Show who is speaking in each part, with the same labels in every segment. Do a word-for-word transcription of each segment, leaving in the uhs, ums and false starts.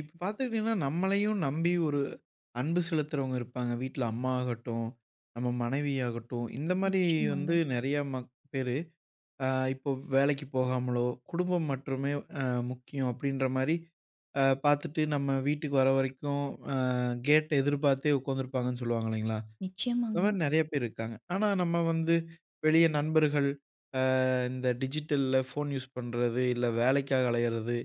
Speaker 1: இப்ப பார்த்துக்கிட்டீங்கன்னா, நம்மளையும் நம்பி ஒரு அன்பு செலுத்துறவங்க இருப்பாங்க. வீட்ல அம்மா ஆகட்டும், நம்ம மனைவியாகட்டும், இந்த மாரி
Speaker 2: நிச்சயமாங்க.
Speaker 1: வந்து நெறையா மக் பேரு அ இப்போ வேலைக்கு போகாமலோ, குடும்பம் மட்டுமே அ முக்கியம் அப்டின்ற மாரி அ பார்த்துட்டு நம்ம வீட்டுக்கு வர வரைக்கும் அ கேட்ட எதிர்பார்த்தே உட்காந்துருப்பாங்கன்னு சொல்லுவாங்க இல்லைங்களா? இந்த
Speaker 2: நிச்சயமாங்க.
Speaker 1: மாரி நெறைய பேர் இருக்காங்க. ஆனா நம்ம வந்து வெளிய நண்பர்கள், அ இந்த டிஜிட்டல்ல ஃபோன் யூஸ் பண்றது, இல்ல வேலைக்காக அலையிறது,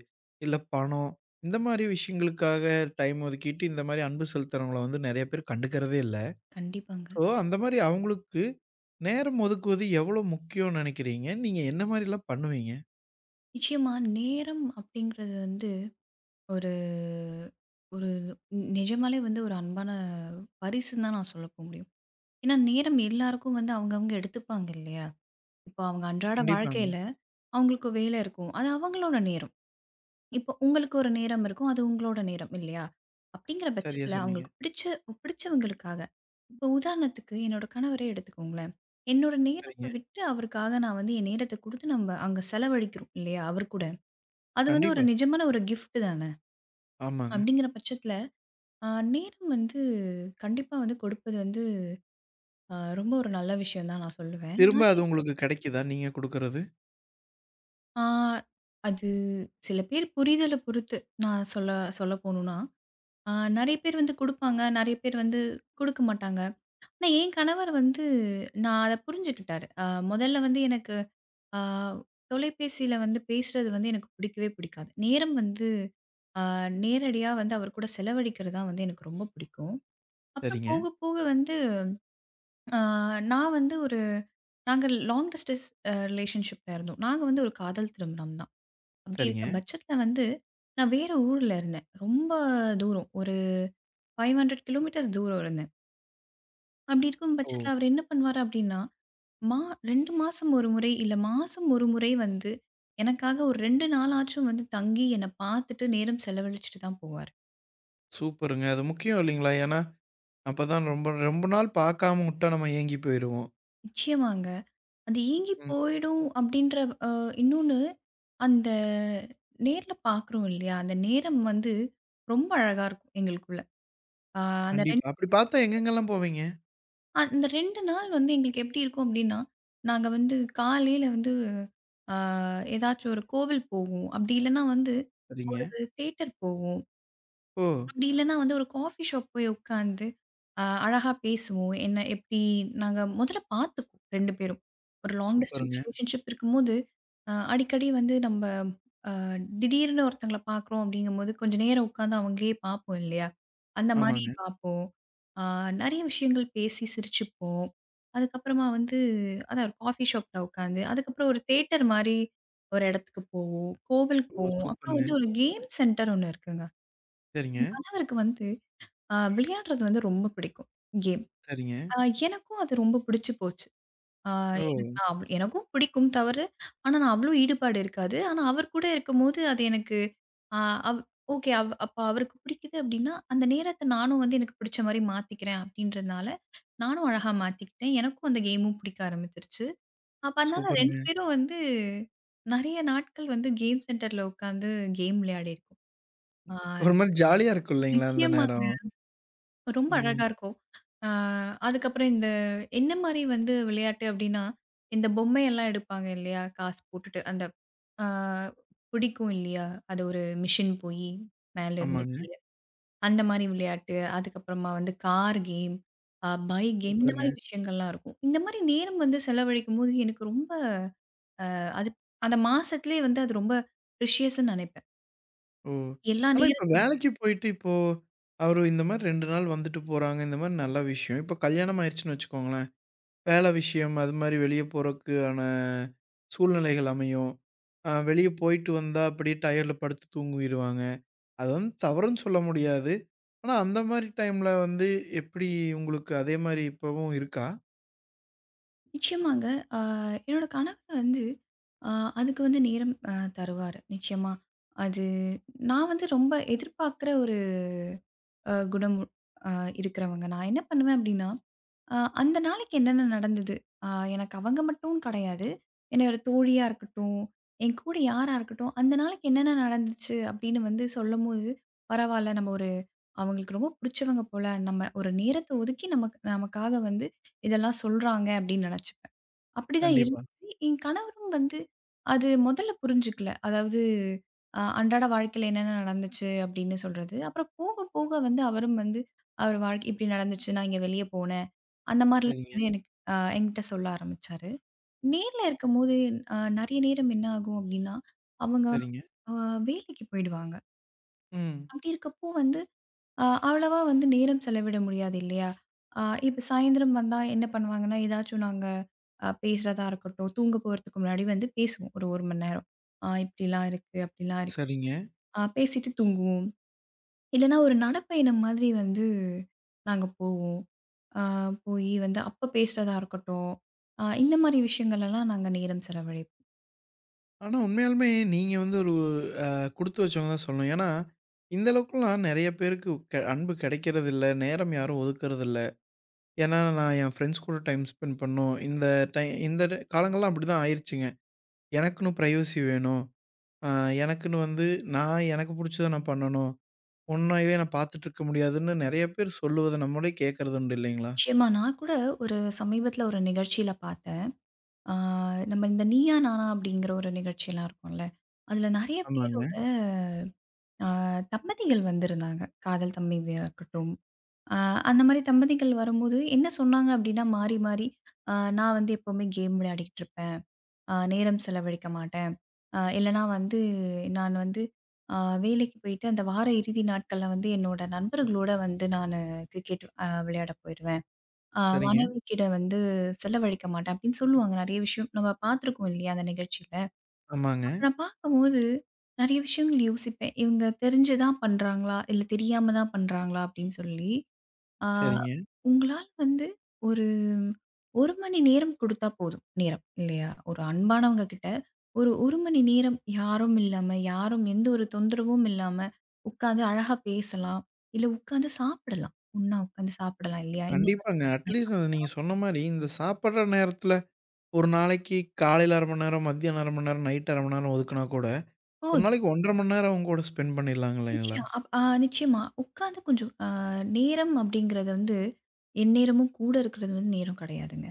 Speaker 1: இல்ல பணம் இந்த மாரி விஷயங்களுக்காக டைம் ஒதுக்கிட்டு, இந்த மாரி அன்பு செலுத்துறவங்கள வந்து நெறைய பேர் கண்டுக்கிறதே இல்ல.
Speaker 2: கண்டிப்பாங்க.
Speaker 1: ஸோ அந்த மாரி அவங்களுக்கு நேரம் ஒதுக்குவது எவ்வளோ முக்கியம்னு நெனைக்கிறீங்க? நீங்க என்ன மாரிலாம் பண்ணுவீங்க?
Speaker 2: நிச்சயமா நேரம் அப்படிங்கிறது வந்து ஒரு ஒரு நிஜமாலே வந்து ஒரு அன்பான பரிசுன்னு தான் நான் சொல்ல போ முடியும். ஏன்னா நேரம் எல்லாருக்கும் வந்து அவங்கவங்க எடுத்துப்பாங்க இல்லையா? இப்போ அவங்க அன்றாட
Speaker 1: கண்டிப்பாங்க.
Speaker 2: வாழ்க்கையில அவங்களுக்கு வேலை இருக்கும். அது அவங்களோட நேரம். இப்போ உங்களுக்கு ஒரு நேரம் இருக்கும். அது உங்களோட நேரம் இல்லையா? அப்படிங்கிற
Speaker 1: சரியா
Speaker 2: பட்சத்தில
Speaker 1: சொன்னீங்க.
Speaker 2: அவங்களுக்கு பிடிச்ச பிடிச்சவங்களுக்காக இப்போ உதாரணத்துக்கு என்னோட கணவரே எடுத்துக்கோங்களேன். என்னோட நேரத்த
Speaker 1: சரிங்க.
Speaker 2: விட்டு அவருக்காக நான் வந்து என் நேரத்த குடுத்து நம்ம அங்க செலவழிக்கிறோம் இல்லையா? அவர் கூட. அது வந்து
Speaker 1: கண்டிப்பா.
Speaker 2: ஒரு நிஜமான ஒரு கிஃப்ட் தான.
Speaker 1: ஆமாங்க.
Speaker 2: அப்படிங்கிற பட்சத்தில அ நேரம் வந்து கண்டிப்பா வந்து கொடுப்பது வந்து அ ரொம்ப ஒரு நல்ல விஷயம் தான் நான் சொல்லுவேன்.
Speaker 1: திரும்ப அது
Speaker 2: நெறைய பேர்
Speaker 1: உங்களுக்கு கெடைக்குதா? நீங்க குடுக்கறது?
Speaker 2: ஆ அது சில பேர் புரிதல பொறுத்து நான் சொல்ல சொல்ல போணும்னா, ஆ நெறைய பேர் வந்து குடுப்பாங்க. நெறைய பேர் வந்து குடுக்க மாட்டாங்க. ஆனா என் கணவர் வந்து நான் அத புரிஞ்சுக்கிட்டாரு. அ முதல்ல வந்து எனக்கு ஆ தொலைபேசியில வந்து பேசுறது வந்து எனக்கு பிடிக்கவே பிடிக்காது. நேரம் வந்து ஆ நேரடியா வந்து அவர் கூட செலவழிக்கிறது தான் வந்து எனக்கு ரொம்ப பிடிக்கும். அப்புறம்
Speaker 1: சரிங்க,
Speaker 2: போக போக வந்து ஆ நான் வந்து ஒரு நாங்க லாங் டிஸ்டன்ஸ் அ ரிலேஷன்ஷிப்ல இருந்தோம். நாங்க வந்து ஒரு காதல் திருமணம் தான். அப்படி இருக்க
Speaker 1: சரிங்க.
Speaker 2: பட்சத்தில வந்து நான் வேற ஊர்ல இருந்தேன். ரொம்ப தூரம். ஒரு 500 கிலோமீட்டர்ஸ் தூரம் இருந்தேன். அப்படி இருக்கும்
Speaker 1: ஓ!
Speaker 2: பட்சத்தில அவரு என்ன பண்ணுவாரு அப்படின்னா, மா ரெண்டு மாசம் ஒரு முறை, இல்ல மாசம் ஒரு முறை வந்து, எனக்காக ஒரு ரெண்டு நாளாச்சும் வந்து தங்கி என்ன பார்த்துட்டு நேரம் செலவழிச்சுட்டு தான் போவாரு.
Speaker 1: சூப்பருங்க. அது முக்கியம் இல்லைங்களா? ஏன்னா அப்பதான் ரொம்ப ரொம்ப நாள் பார்க்காம உட்டா நம்ம ஏங்கி போயிருவோம்.
Speaker 2: நிச்சயமாங்க. அது ஏங்கி
Speaker 1: ம்.
Speaker 2: போயிடும் அப்படின்ற அ இன்னொன்னு, அந்த நேர்ல பார்க்குறோம் இல்லையா? அந்த நேரம் வந்து ரொம்ப அழகா இருக்கும் எங்களுக்குள்ள. அ அந்த
Speaker 1: கண்டிப்பா.
Speaker 2: 2
Speaker 1: அப்படி பார்த்தா எங்கெங்கெல்லாம் போவீங்க?
Speaker 2: அ இந்த ரெண்டு நாள் வந்து எங்களுக்கு எப்படி இருக்கும் அப்படின்னா, நாங்க வந்து காலையில வந்து அ ஏதாச்சும் ஒரு கோவில் போவோம். அப்படி இல்லைன்னா வந்து
Speaker 1: சரிங்க.
Speaker 2: ஒரு தியேட்டர் போவோம்.
Speaker 1: ஓ!
Speaker 2: அப்படி இல்லைன்னா வந்து ஒரு காஃபி ஷாப் போய் உட்காந்து அ அழகா பேசுவோம். என்ன எப்படி நாங்க முதல்ல பார்த்துக்குவோம் ரெண்டு பேரும். ஒரு லாங் டிஸ்டன்ஸ்
Speaker 1: சூப்பருங்க.
Speaker 2: ரிலேஷன்ஷிப் இருக்கும்போது, அ அடிக்கடி வந்து நம்ப திடீர்னு ஒருத்தங்கள பார்க்குறோம் அப்படிங்கும்போது, கொஞ்ச நேரம் உட்கார்ந்து அவங்களயே பார்ப்போம் இல்லையா? அந்த ம். மாரி
Speaker 1: ஆமாங்க.
Speaker 2: பார்ப்போம். ஆ நெறைய விஷயங்கள் பேசி சிரிச்சுப்போம். அதுக்கப்புறமா வந்து அதான் ஒரு காஃபி ஷாப்ல உட்காந்து, அதுக்கப்புறம் ஒரு தியேட்டர் மாரி ஒரு இடத்துக்கு போவோம். கோவிலுக்கு
Speaker 1: ஓ!
Speaker 2: போவோம். அப்புறம்
Speaker 1: சூப்பருங்க.
Speaker 2: வந்து ஒரு கேம் சென்டர் ஒண்ணு இருக்குங்க.
Speaker 1: சரிங்க,
Speaker 2: என் கணவருக்கு வந்து அ விளையாடுறது வந்து ரொம்ப பிடிக்கும் கேம்.
Speaker 1: சரிங்க.
Speaker 2: அ எனக்கும் அது ரொம்ப பிடிச்சு போச்சு. ஆ எனக்கு
Speaker 1: ஓ!
Speaker 2: நான் அவ் எனக்கும் பிடிக்கும் தவறு. ஆனா, நான் அவ்ளோ ஈடுபாடு இருக்காது. ஆனா, அவர் கூட இருக்கும்போது அது எனக்கு ஆ அவ் ஓகே. அவ் அப்ப அவருக்கு பிடிக்குது அப்டின்னா, அந்த நேரத்த நானும் வந்து எனக்கு பிடிச்ச மாரி மாத்திக்கிறேன் அப்டின்றதுனால, நானும் அழகா மாத்திக்கிட்டேன். எனக்கும் அந்த கேமும் பிடிக்க ஆரம்பிச்சுருச்சு. அப்ப அதனால
Speaker 1: சூப்பருங்க.
Speaker 2: ரெண்டு பேரும் வந்து நெறைய நாட்கள் வந்து கேம் சென்டர்ல உட்காந்து கேம் விளையாடியிருக்கோம். ஆ
Speaker 1: ஒரு மாரி ஜாலியா இருக்கும் இல்லைங்களா? அந்த
Speaker 2: நிச்சயமா.
Speaker 1: நேரம்.
Speaker 2: ரொம்ப
Speaker 1: ம்.
Speaker 2: அழகா இருக்கும். அ அதுக்கப்புறம் இந்த என்ன மாரி வந்து விளையாட்டு அப்டின்னா, இந்த பொம்மையெல்லாம் எடுப்பாங்க இல்லையா? காசு போட்டுட்டு அந்த அ பிடிக்கும் இல்லையா? அது ஒரு மிஷின் போயி மேல இருந்து
Speaker 1: ஆமாங்க.
Speaker 2: கீழ. அந்த மாரி விளையாட்டு, அதுக்கப்புறமா வந்து கார் கேம், அ பைக் கேம் இந்த
Speaker 1: சூப்பருங்க.
Speaker 2: மாரி விஷயங்கள்லாம் இருக்கும். இந்த மாரி நேரம் வந்து செலவழிக்கும்போது எனக்கு ரொம்ப அது அந்த மாசத்திலேயே வந்து அது ரொம்ப ப்ரிஷியஸ்ன்னு நெனைப்பேன்.
Speaker 1: ஓ!
Speaker 2: எல்லா
Speaker 1: ஆனா இப்ப
Speaker 2: நேரத்த
Speaker 1: வேலைக்கு போயிட்டு இப்போ அவரு இந்த மாரி இரண்டு நாள் வந்துட்டு போறாங்க. இந்த மாரி நல்ல விஷயம். இப்ப கல்யாணம் ஆயிருச்சுன்னு வச்சுக்கோங்களேன். வேலை விஷயம் அது மாதிரி வெளிய போறதுக்கான சூழ்நிலைகள் அமையும். அ வெளிய போயிட்டு வந்தா அப்படியே டயர்ல படுத்து தூங்கிருவாங்க. அது வந்து தவறுன்னு சொல்ல முடியாது. ஆனா அந்த மாரி டைம்ல வந்து எப்படி உங்களுக்கு அதே மாரி இப்பவும் இருக்கா?
Speaker 2: நிச்சயமாங்க. அ என்னோட கணவர் வந்து அ அதுக்கு வந்து நேரம் அ தருவாரு. நிச்சயமா. அது நான் வந்து ரொம்ப எதிர்பார்க்கிற ஒரு அ குணம் அ இருக்கிறவங்க. நான் என்ன பண்ணுவேன் அப்படின்னா, அ அந்த நாளைக்கு என்னென்ன நடந்தது? அ எனக்கு அவங்க மட்டும்னு கிடையாது. என்னோட தோழியா இருக்கட்டும், என் கூட யாரா இருக்கட்டும், அந்த நாளைக்கு என்னென்ன நடந்துச்சு அப்படின்னு வந்து சொல்லும்போது, பரவால்ல நம்ம ஒரு அவங்களுக்கு ரொம்ப புடிச்சவங்க போல, நம்ம ஒரு நேரத்த ஒதுக்கி நமக்கு நமக்காக வந்து இதெல்லாம் சொல்றாங்க அப்படின்னு நினைச்சுப்பேன். அப்படிதான்
Speaker 1: கண்டிப்பா.
Speaker 2: இருந்துச்சு. என் கணவரும் வந்து அது முதல்ல புரிஞ்சுக்கல. அதாவது அ அன்றாட வாழ்க்கையில என்னென்ன நடந்துச்சு அப்படின்னு சொல்றது. அப்புறம் போக போக வந்து அவரும் வந்து அவர் வாழ்க்கை இப்படி நடந்துச்சு. நான் இங்க வெளிய போனேன். அந்த மாரிலாம்
Speaker 1: சரிங்க,
Speaker 2: வந்து எனக்கு அ என்கிட்ட சொல்ல ஆரம்பிச்சாரு. நேர்ல இருக்கும்போது அ நிறைய நேரம் என்ன ஆகும் அப்படின்னா, அவங்க
Speaker 1: சரிங்க.
Speaker 2: அ வேலைக்கு போயிடுவாங்க.
Speaker 1: ம்.
Speaker 2: அப்படி இருக்கப்போ வந்து ஆ, அவ்வளவா வந்து நேரம் செலவிட முடியாது இல்லையா? ஆ இப்ப சாயந்திரம் வந்தா என்ன பண்ணுவாங்கன்னா, ஏதாச்சும் நாங்க அ பேசுறதா இருக்கட்டும், தூங்க போறதுக்கு முன்னாடி வந்து பேசுவோம். ஒரு 1 மணி நேரம். ஆ இப்படிலாம் இருக்கு, அப்படிலாம் இருக்கு.
Speaker 1: சரிங்க.
Speaker 2: ஆ பேசிட்டு தூங்குவோம். இல்லைன்னா ஒரு நடைப்பயணம் மாதிரி வந்து நாங்க போவோம். ஆ போயி வந்து அப்ப பேசுறதா இருக்கட்டும், ஆ இந்த மாரி விஷயங்கள் எல்லாம் நாங்க நேரம் செலவழிப்போம்.
Speaker 1: ஆனா உண்மையாலுமே நீங்க வந்து ஒரு அ குடுத்து வச்சவங்க தான் சொல்லணும். ஏன்னா, இந்த அளவுக்குலாம் நெறைய பேருக்கு க அன்பு கெடைக்கிறதில்ல. நேரம் யாரும் ஒதுக்குறதில்ல. ஏன்னா, நான் என் ஃப்ரெண்ட்ஸ் கூட டைம் ஸ்பெண்ட் பண்ணணும். இந்த டை இந்த டை- காலங்கள்லாம் அப்படிதான் ஆயிருச்சுங்க. எனக்குன்னு பிரைவசி வேணும். அ எனக்குன்னு வந்து நான் எனக்கு புடிச்சத நான் பண்ணணும். உன்னையவே நான் பார்த்துட்டுருக்க முடியாதுன்னு நெறைய பேர் சொல்லுவத நம்மளே கேட்கறது உண்டு இல்லைங்களா?
Speaker 2: நிச்சயமா நான் கூட ஒரு சமீபத்தில ஒரு நிகழ்ச்சியில பார்த்தேன். ஆ, நம்ம இந்த "நீயா நானா" அப்படிங்கிற ஒரு நிகழ்ச்சியெல்லாம் இருக்கும்ல. அதுல நெறைய
Speaker 1: ஆமாங்க.
Speaker 2: பேரோட அ தம்பதிகள் வந்திருந்தாங்க. காதல் தம்பதியா இருக்கட்டும். அ அந்த மாரி தம்பதிகள் வரும்போது என்ன சொன்னாங்க அப்படின்னா மாறி மாறி, அ "நான் வந்து எப்பவுமே கேம் விளையாடிக்கிட்டு இருப்பேன். அ நேரம் செலவழிக்க மாட்டேன். அ இல்லன்னா வந்து நான் வந்து அ வேலைக்கு போயிட்டு அந்த வார இறுதி நாட்கள்ல வந்து என்னோட நண்பர்களோட வந்து நானு கிரிக்கெட் அ விளையாட போயிருவேன்." ஆ
Speaker 1: சரிங்க.
Speaker 2: மனைவிகிட்ட வந்து செலவழிக்க மாட்டேன் அப்படின்னு சொல்லுவாங்க. நெறைய விஷயம் நம்ம பார்த்துருக்கோம் இல்லையா அந்த நிகழ்ச்சியில.
Speaker 1: ஆமாங்க.
Speaker 2: அப்ப நான் பார்க்கும்போது நெறைய விஷயங்கள் யோசிப்பேன். இவங்க தெரிஞ்சு தான் பண்றாங்களா? இல்ல தெரியாம தான் பண்றாங்களா? அப்படின்னு சொல்லி. ஆ
Speaker 1: சரிங்க.
Speaker 2: உங்களால வந்து ஒரு 1 மணி நேரம் குடுத்தா போதும். நேரம் இல்லையா? ஒரு அன்பானவங்க கிட்ட ஒரு 1 மணி நேரம் யாரும் இல்லாம, யாரும் எந்த ஒரு தொந்தரவும் இல்லாம உட்கார்ந்து அழகா பேசலாம். இல்ல உட்கார்ந்து சாப்பிடலாம். ஒண்ணா உட்கார்ந்து சாப்பிடலாம் இல்லையா? இந்த மாரி
Speaker 1: கண்டிப்பாங்க. அட்லீஸ்ட்
Speaker 2: விஷயங்கள்.
Speaker 1: அது நீங்க சொன்ன மாரி இந்த சாப்பிடுற நேரத்துல ஒரு நாளைக்கு காலையில அரை மணி நேரம், மதியானம் அரை மணி நேரம், நைட் அரை மணி நேரம் ஒதுக்குனா கூட,
Speaker 2: அப்போ
Speaker 1: ஒரு நாளைக்கு ஒன்றரை மணி நேரம் அவங்க கூட ஸ்பெண்ட் பண்ணிடலாங்க இல்லைங்களா?
Speaker 2: நிச்சயம். அப் ஆ நிச்சயமா. உட்கார்ந்து கொஞ்சம் அ நேரம் அப்படிங்கிறது வந்து, எந்நேரமும் கூட இருக்கிறது வந்து நேரம் கிடையாதுங்க.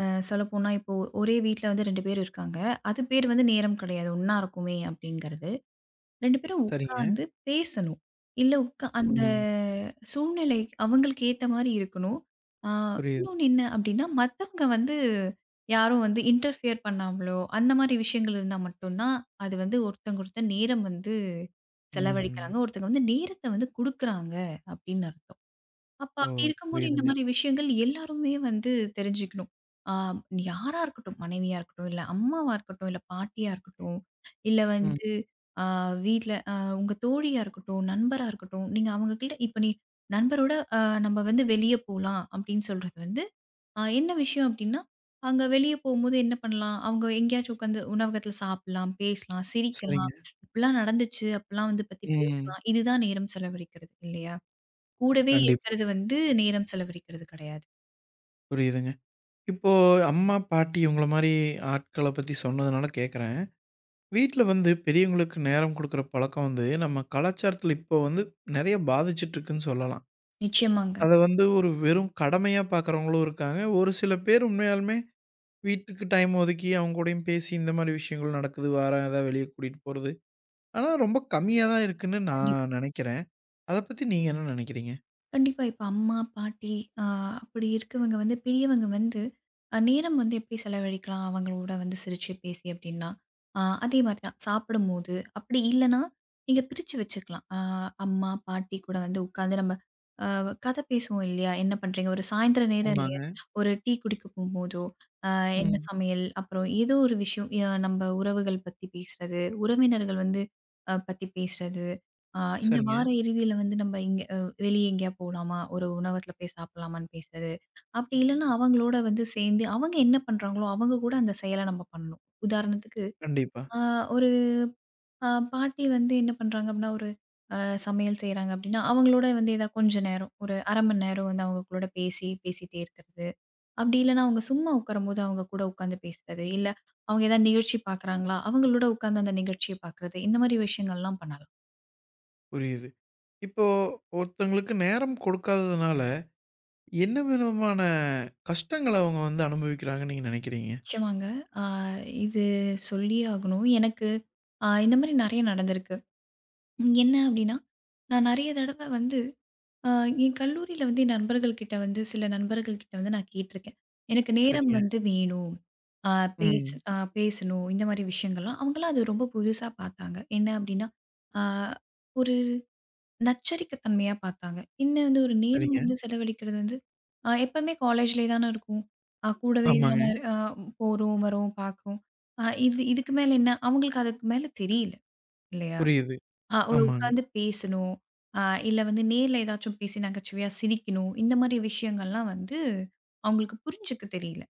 Speaker 2: அ சொல்லப்போனா இப்போ ஒரே வீட்ல வந்து ரெண்டு பேர் இருக்காங்க. அது பேர் வந்து நேரம் கிடையாது. ஒண்ணா இருக்குமே அப்படிங்கிறது. ரெண்டு பேரும்
Speaker 1: சரிங்க.
Speaker 2: உட்காந்து பேசணும். இல்ல உட்கா அந்த
Speaker 1: ம்.
Speaker 2: சூழ்நிலை அவங்களுக்கு ஏத்த மாரி இருக்கணும். ஆ
Speaker 1: புரியுது.
Speaker 2: இன்னொன்னு என்ன அப்டின்னா, மத்தவங்க வந்து யாரும் வந்து இன்டர்ஃபியர் பண்ணாமலோ, அந்த மாரி விஷயங்கள் இருந்தா மட்டும் தான், அது வந்து ஒருத்தவங்க ஒருத்தர் நேரம் வந்து ம்.
Speaker 1: ம்.
Speaker 2: செலவழிக்கிறாங்க. ஒருத்தங்க வந்து நேரத்த வந்து குடுக்குறாங்க அப்டின்னு அர்த்தம். அப்ப
Speaker 1: ஓ!
Speaker 2: அப்படி இருக்கும்போது இந்த
Speaker 1: புரியுதுங்க.
Speaker 2: மாதிரி விஷயங்கள் எல்லாருமே வந்து தெரிஞ்சுக்கணும். ஆ யாரா இருக்கட்டும், மனைவியா இருக்கட்டும், இல்ல அம்மாவா இருக்கட்டும், இல்ல பாட்டியா இருக்கட்டும், இல்ல
Speaker 1: ம்.
Speaker 2: வந்து ஆ வீட்ல அ உங்க தோழியா இருக்கட்டும், நண்பரா இருக்கட்டும், நீங்க அவங்ககிட்ட இப்ப நீ நண்பரோட அ நம்ம வந்து வெளிய போலாம் அப்படின்னு சொல்றது வந்து, அ என்ன விஷயம் அப்படின்னா, அங்க வெளிய போகும்போது என்ன பண்ணலாம்? அவங்க எங்கேயாச்சும் உட்காந்து உணவகத்துல சாப்பிடலாம், பேசலாம், சிரிக்கலாம்.
Speaker 1: சரிங்க.
Speaker 2: இப்படிலாம் நடந்துச்சு, அப்பலாம் வந்து பத்தி
Speaker 1: ம்.
Speaker 2: பேசலாம். இதுதான் நேரம் செலவழிக்கிறது இல்லையா? கூடவே
Speaker 1: கண்டிப்பா.
Speaker 2: இருக்கிறது வந்து நேரம் செலவழிக்கிறது கிடையாது.
Speaker 1: புரியுதுங்க. இப்போ அம்மா, பாட்டி இவங்கள மாரி ஆட்கள பத்தி சொன்னதுனால கேட்குறேன். வீட்ல வந்து பெரியவங்களுக்கு நேரம் குடுக்குற பழக்கம் வந்து நம்ம கலாச்சாரத்துல இப்போ வந்து நெறைய பாதிச்சுட்டு இருக்குன்னு சொல்லலாம்.
Speaker 2: நிச்சயமாங்க.
Speaker 1: அத வந்து ஒரு வெறும் கடமையா பார்க்குறவங்களும் இருக்காங்க. ஒரு சில பேர் உண்மையாலுமே வீட்டுக்கு டைம் ஒதுக்கி அவங்க கூடயும் பேசி இந்த மாரி விஷயங்கள் நடக்குது. வாரேன் ஏதாவது வெளிய கூட்டிட்டு போறது. ஆனா ரொம்ப கம்மியா தான் இருக்குன்னு
Speaker 2: கண்டிப்பா.
Speaker 1: நான் நெனைக்கிறேன். அத பத்தி நீங்க என்ன நெனைக்கிறீங்க?
Speaker 2: கண்டிப்பா. இப்ப அம்மா, பாட்டி அ அப்படி இருக்கவங்க வந்து பெரியவங்க வந்து அ நேரம் வந்து எப்படி செலவழிக்கலாம் அவங்களோட வந்து சிரிச்சு பேசி அப்படின்னா, அ அதே மாரி தான் சாப்பிடும்போது, அப்படி இல்லன்னா நீங்க பிரிச்சு வச்சுக்கலாம். அ அம்மா, பாட்டி கூட வந்து உட்கார்ந்து நம்ம கதை பேசுவோம் இல்லையா? என்ன பண்றீங்க? ஒரு சாயந்தர நேரம் ம்.
Speaker 1: ஆமாங்க.
Speaker 2: இல்லையா? ஒரு டீ குடிக்க போம்போதோ, அ என்ன
Speaker 1: ம்.
Speaker 2: சமையல்? அப்புறம் ஏதோ ஒரு விஷயம் ய நம்ம உறவுகள் பத்தி பேசுறது, உறவினர்கள் வந்து அ பத்தி பேசுறது. அ இந்த
Speaker 1: சரிங்க.
Speaker 2: வார இறுதியில வந்து நம்ம இங்க அ வெளிய எங்கேயா போலாமா? ஒரு உணவகத்துல போய் சாப்பிடலாமான்னு பேசுறது. அப்படி இல்லன்னா, அவங்களோட வந்து சேர்ந்து அவங்க என்ன பண்றாங்களோ, அவங்க கூட அந்த செயல நம்ம பண்ணணும். உதாரணத்துக்கு,
Speaker 1: கண்டிப்பா.
Speaker 2: அ ஒரு ஆ பாட்டி வந்து என்ன பண்றாங்க அப்படின்னா, ஒரு அ சமையல் செய்றாங்க அப்படின்னா, அவங்களோட வந்து ஏதா கொஞ்ச நேரம், ஒரு அரை மணி நேரம் வந்து அவங்க கூட பேசி பேசிட்டே இருக்கிறது. அப்படி இல்லன்னா, அவங்க சும்மா உட்காரும்போது அவங்க கூட உட்காந்து பேசுறது. இல்ல அவங்க ஏதாவது நிகழ்ச்சி பார்க்குறாங்களா, அவங்களோட உட்காந்து அந்த நிகழ்ச்சிய பார்க்குறது. இந்த மாதிரி விஷயங்கள்லாம் பண்ணலாம்.
Speaker 1: புரியுது. இப்போ ஒருத்தங்களுக்கு நேரம் கொடுக்காததுனால, என்ன விதமான கஷ்டங்கள அவங்க வந்து அனுபவிக்கிறாங்கன்னு நீங்க நினைக்கிறீங்க?
Speaker 2: நிச்சயமாங்க. ஆ இது சொல்லியே ஆகணும். எனக்கு அ இந்த மாதிரி நெறைய நடந்திருக்கு. என்ன அப்படின்னா, நான் நெறைய தடவ வந்து ஆ, என் கல்லூரியில வந்து என் நண்பர்கள்கிட்ட வந்து சில நண்பர்கள்கிட்ட வந்து நான் கேட்டிருக்கேன். எனக்கு நேரம்
Speaker 1: சரிங்க.
Speaker 2: வந்து வேணும். ஆ பேச
Speaker 1: ம்.
Speaker 2: ஆ பேசணும். இந்த மாரி விஷயங்கள்லாம். அவங்கலாம் அது ரொம்ப புதுசா பார்த்தாங்க. என்ன அப்டின்னா, ஆ ஒரு நச்சரிக்கை தன்மையா பார்த்தாங்க. என்ன வந்து ஒரு நேரம்
Speaker 1: சரிங்க.
Speaker 2: வந்து செலவழிக்கிறது வந்து, ஆ எப்பவுமே காலேஜ்லயே தானே இருக்கும். ஆ கூடவே ம்.
Speaker 1: ஆமாங்க.
Speaker 2: தானே ஆ போறோம், வரோம், பார்க்குறோம். ஆ இது இதுக்கு மேல என்ன? அவங்களுக்கு அதுக்கு மேல தெரியல இல்லையா?
Speaker 1: புரியுது.
Speaker 2: ஆ ஒரு
Speaker 1: ஆமாங்க.
Speaker 2: உட்காந்து பேசணும். அ இல்ல வந்து நேர்ல ஏதாச்சும் பேசி நகைச்சுவையா சிரிக்கணும். இந்த மாரி விஷயங்கள்லாம் வந்து அவங்களுக்கு புரிஞ்சுக்க தெரியல.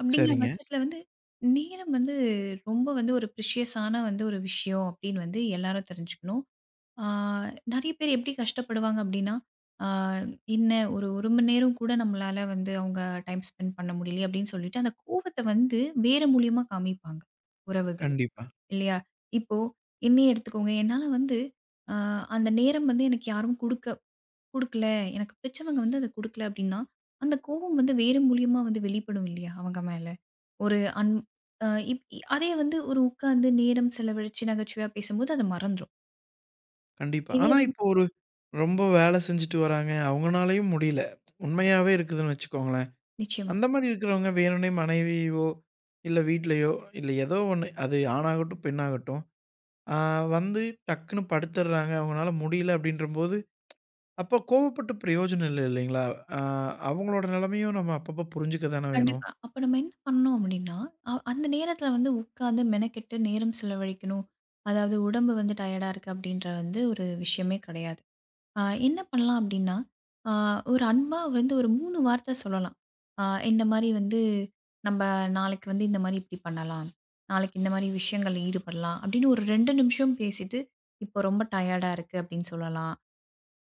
Speaker 2: அப்படிங்கிற ம்.
Speaker 1: சரிங்க.
Speaker 2: பட்சத்தில வந்து, நேரம் வந்து ரொம்ப வந்து ஒரு ப்ரிஷியஸான வந்து ஒரு விஷயம் அப்படின்னு வந்து எல்லாரும் தெரிஞ்சுக்கணும். ஆ நெறைய பேர் எப்படி கஷ்டப்படுவாங்க அப்படின்னா, ஆ என்ன ஒரு 1 மணி நேரம் கூட நம்மளால வந்து அவங்க டைம் ஸ்பெண்ட் பண்ண முடியலையே அப்படின்னு சொல்லிட்டு, அந்த கோவத்த வந்து வேற மூலியமா காமிப்பாங்க, உறவுகள்.
Speaker 1: கண்டிப்பா,
Speaker 2: இல்லையா? இப்போ என்னையே எடுத்துக்கோங்க. என்னால வந்து அ அந்த நேரம் வந்து எனக்கு யாரும் குடுக்க குடுக்கல. எனக்கு பிடிச்சவங்க வந்து அத குடுக்கல அப்டின்னா, அந்த கோவம் வந்து வேறு மூலியமா வந்து வெளிப்படும் இல்லையா? அவங்க மேல. ஒரு அன் அ இப் இ- அதே வந்து ஒரு உட்கார்ந்து நேரம் செலவழிச்சு நகைச்சுவையா பேசும்போது அது மறந்துரும்.
Speaker 1: கண்டிப்பா.
Speaker 2: இதே
Speaker 1: ஆனா
Speaker 2: வந்து
Speaker 1: இப்போ ஒரு ரொம்ப வேல செஞ்சுட்டு வராங்க. அவங்கனாலயும் முடியல. உண்மையாவே இருக்குதுன்னு வச்சுக்கோங்களேன்.
Speaker 2: நிச்சயமா.
Speaker 1: அந்த மாரி இருக்கிறவங்க வேணும்னே மனைவியோ, இல்ல வீட்லயோ, இல்ல ஏதோ ஒண்ணு. அது ஆணாகட்டும், பெண்ணாகட்டும். ஆ வந்து டக்குன்னு படுத்துடுறாங்க. அவங்கனால முடியல அப்படின்றபோது அப்போ கோவப்பட்டு பிரயோஜனம் இல்ல இல்லைங்களா? அ அவங்களோட நிலைமையும் நம்ம அப்பப்போ புரிஞ்சுக்க தானே வேணும்.
Speaker 2: கண்டிப்பா. அப்ப நம்ம என்ன பண்ணணும் அப்டின்னா, அ அந்த நேரத்துல வந்து உட்கார்ந்து மெனக்கெட்டு நேரம் செலவழிக்கணும். அதாவது உடம்பு வந்து டயர்டா இருக்கு அப்டின்ற வந்து ஒரு விஷயமே கிடையாது. ஆ என்ன பண்ணலாம் அப்படின்னா, ஆ ஒரு அன்பா வந்து ஒரு மூணு வார்த்த சொல்லலாம். ஆ இந்த மாரி வந்து "நம்ப நாளைக்கு வந்து இந்த மாரி இப்படி பண்ணலாம். நாளைக்கு இந்த மாரி விஷயங்கள்ல ஈடுபடலாம்." அப்படின்னு ஒரு ரெண்டு நிமிஷம் பேசிட்டு, "இப்போ ரொம்ப டயர்டா இருக்கு" அப்படின்னு சொல்லலாம்.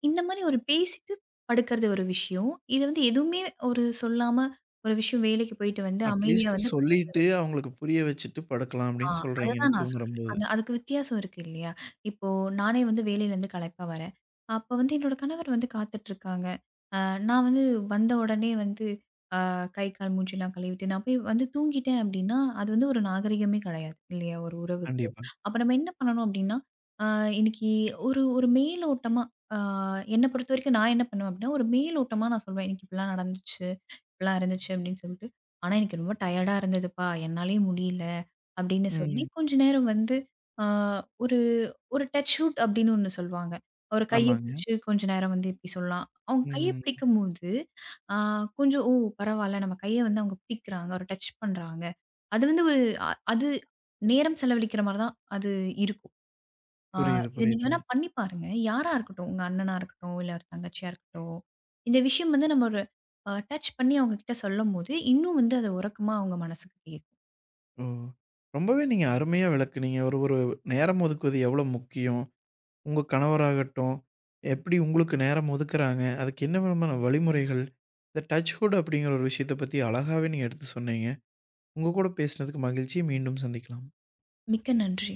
Speaker 2: இந்த மாரி ஒரு பேசிட்டு படுக்கிறது ஒரு விஷயம். இது வந்து எதுவுமே ஒரு சொல்லாம ஒரு விஷயம் வேலைக்கு போயிட்டு வந்து அமைதியா
Speaker 1: அட்லீஸ்ட்
Speaker 2: வந்து படுக்கிற
Speaker 1: சொல்லிட்டு,
Speaker 2: விஷயம்.
Speaker 1: அவங்களுக்கு புரிய வச்சுட்டு படுக்கலாம்
Speaker 2: ஆ,
Speaker 1: அப்படின்னு சொல்றீங்க நீ
Speaker 2: அததான் நான் சொல்றேன்.
Speaker 1: தூங்குறம்போது.
Speaker 2: அந்த அதுக்கு வித்தியாசம் இருக்கு இல்லையா? இப்போ நானே வந்து வேலையிலேருந்து களைப்பா வரேன். அப்போ வந்து என்னோட கணவர் வந்து காத்துட்ருக்காங்க. அ நான் வந்து வந்த உடனே வந்து அ கை, கால், மூஞ்சிலாம் கழுவிட்டு நான் போய் வந்து தூங்கிட்டேன் அப்படின்னா, அது வந்து ஒரு நாகரிகமே கிடையாது இல்லையா? ஒரு உறவுக்கு.
Speaker 1: கண்டிப்பா.
Speaker 2: அப்ப நம்ம என்ன பண்ணணும் அப்படின்னா, அ இன்னைக்கு ஒரு ஒரு மேலோட்டமா அ என்ன பொறுத்தவரைக்கும் நான் என்ன பண்ணுவேன் அப்படின்னா, ஒரு மேலோட்டமா நான் சொல்வேன். "இன்னைக்கு இப்படிலாம் நடந்துச்சு." இப்படிலாம் இருந்துச்சு அப்படின்னு சொல்லிட்டு. ஆனா எனக்கு ரொம்ப டயர்டா இருந்ததுப்பா. என்னாலயே முடியல அப்படின்னு சொல்லி,
Speaker 1: ம்.
Speaker 2: கொஞ்ச நேரம் வந்து ஆ ஒரு ஒரு டச் வுட் அப்படின்னு ஒண்ணு சொல்லுவாங்க. ஒரு கைய
Speaker 1: ஆமாங்க.
Speaker 2: பிடிச்சு கொஞ்ச நேரம் வந்து இப்படி சொல்லலாம். அவங்க கைய
Speaker 1: ம்.
Speaker 2: பிடிக்கும்போது, ஆ கொஞ்சம் ஓ பரவால்ல நம்ம கைய வந்து அவங்க பிடிக்கிறாங்க, ஒரு டச் பண்றாங்க. அது வந்து ஒரு அ அது நேரம் செலவழிக்கிற மாரி தான் அது இருக்கும். ஆ
Speaker 1: புரியுது,
Speaker 2: இத நீங்க
Speaker 1: புரியுதுங்க.
Speaker 2: வேணா பண்ணி பாருங்க. யாரா இருக்கட்டும், உங்க அண்ணனா இருக்கட்டும், இல்ல ஒரு தங்கச்சியா இருக்கட்டும், இந்த விஷயம் வந்து நம்ம ஒரு அ டச் பண்ணி அவங்க கிட்ட சொல்லும்போது, இன்னும் வந்து அது உரக்கமா அவங்க மனசுக்கு கேக்கும்.
Speaker 1: ஓ! ரொம்பவே நீங்க அருமையா விளக்குனீங்க. ஒரு ஒரு நேரம் ஒதுக்குவது எவ்வளோ முக்கியம்? உங்க கணவராகட்டும், எப்படி உங்களுக்கு நேரம் ஒதுக்குறாங்க? அதுக்கு என்ன விதமான வழிமுறைகள்? இந்த டச் வுட் அப்படிங்கிற ஒரு விஷயத்த பத்தி அழகாவே நீங்க எடுத்து சொன்னீங்க. உங்க கூட பேசினதுக்கு மகிழ்ச்சி. மீண்டும் சந்திக்கலாம்.
Speaker 2: மிக்க நன்றி.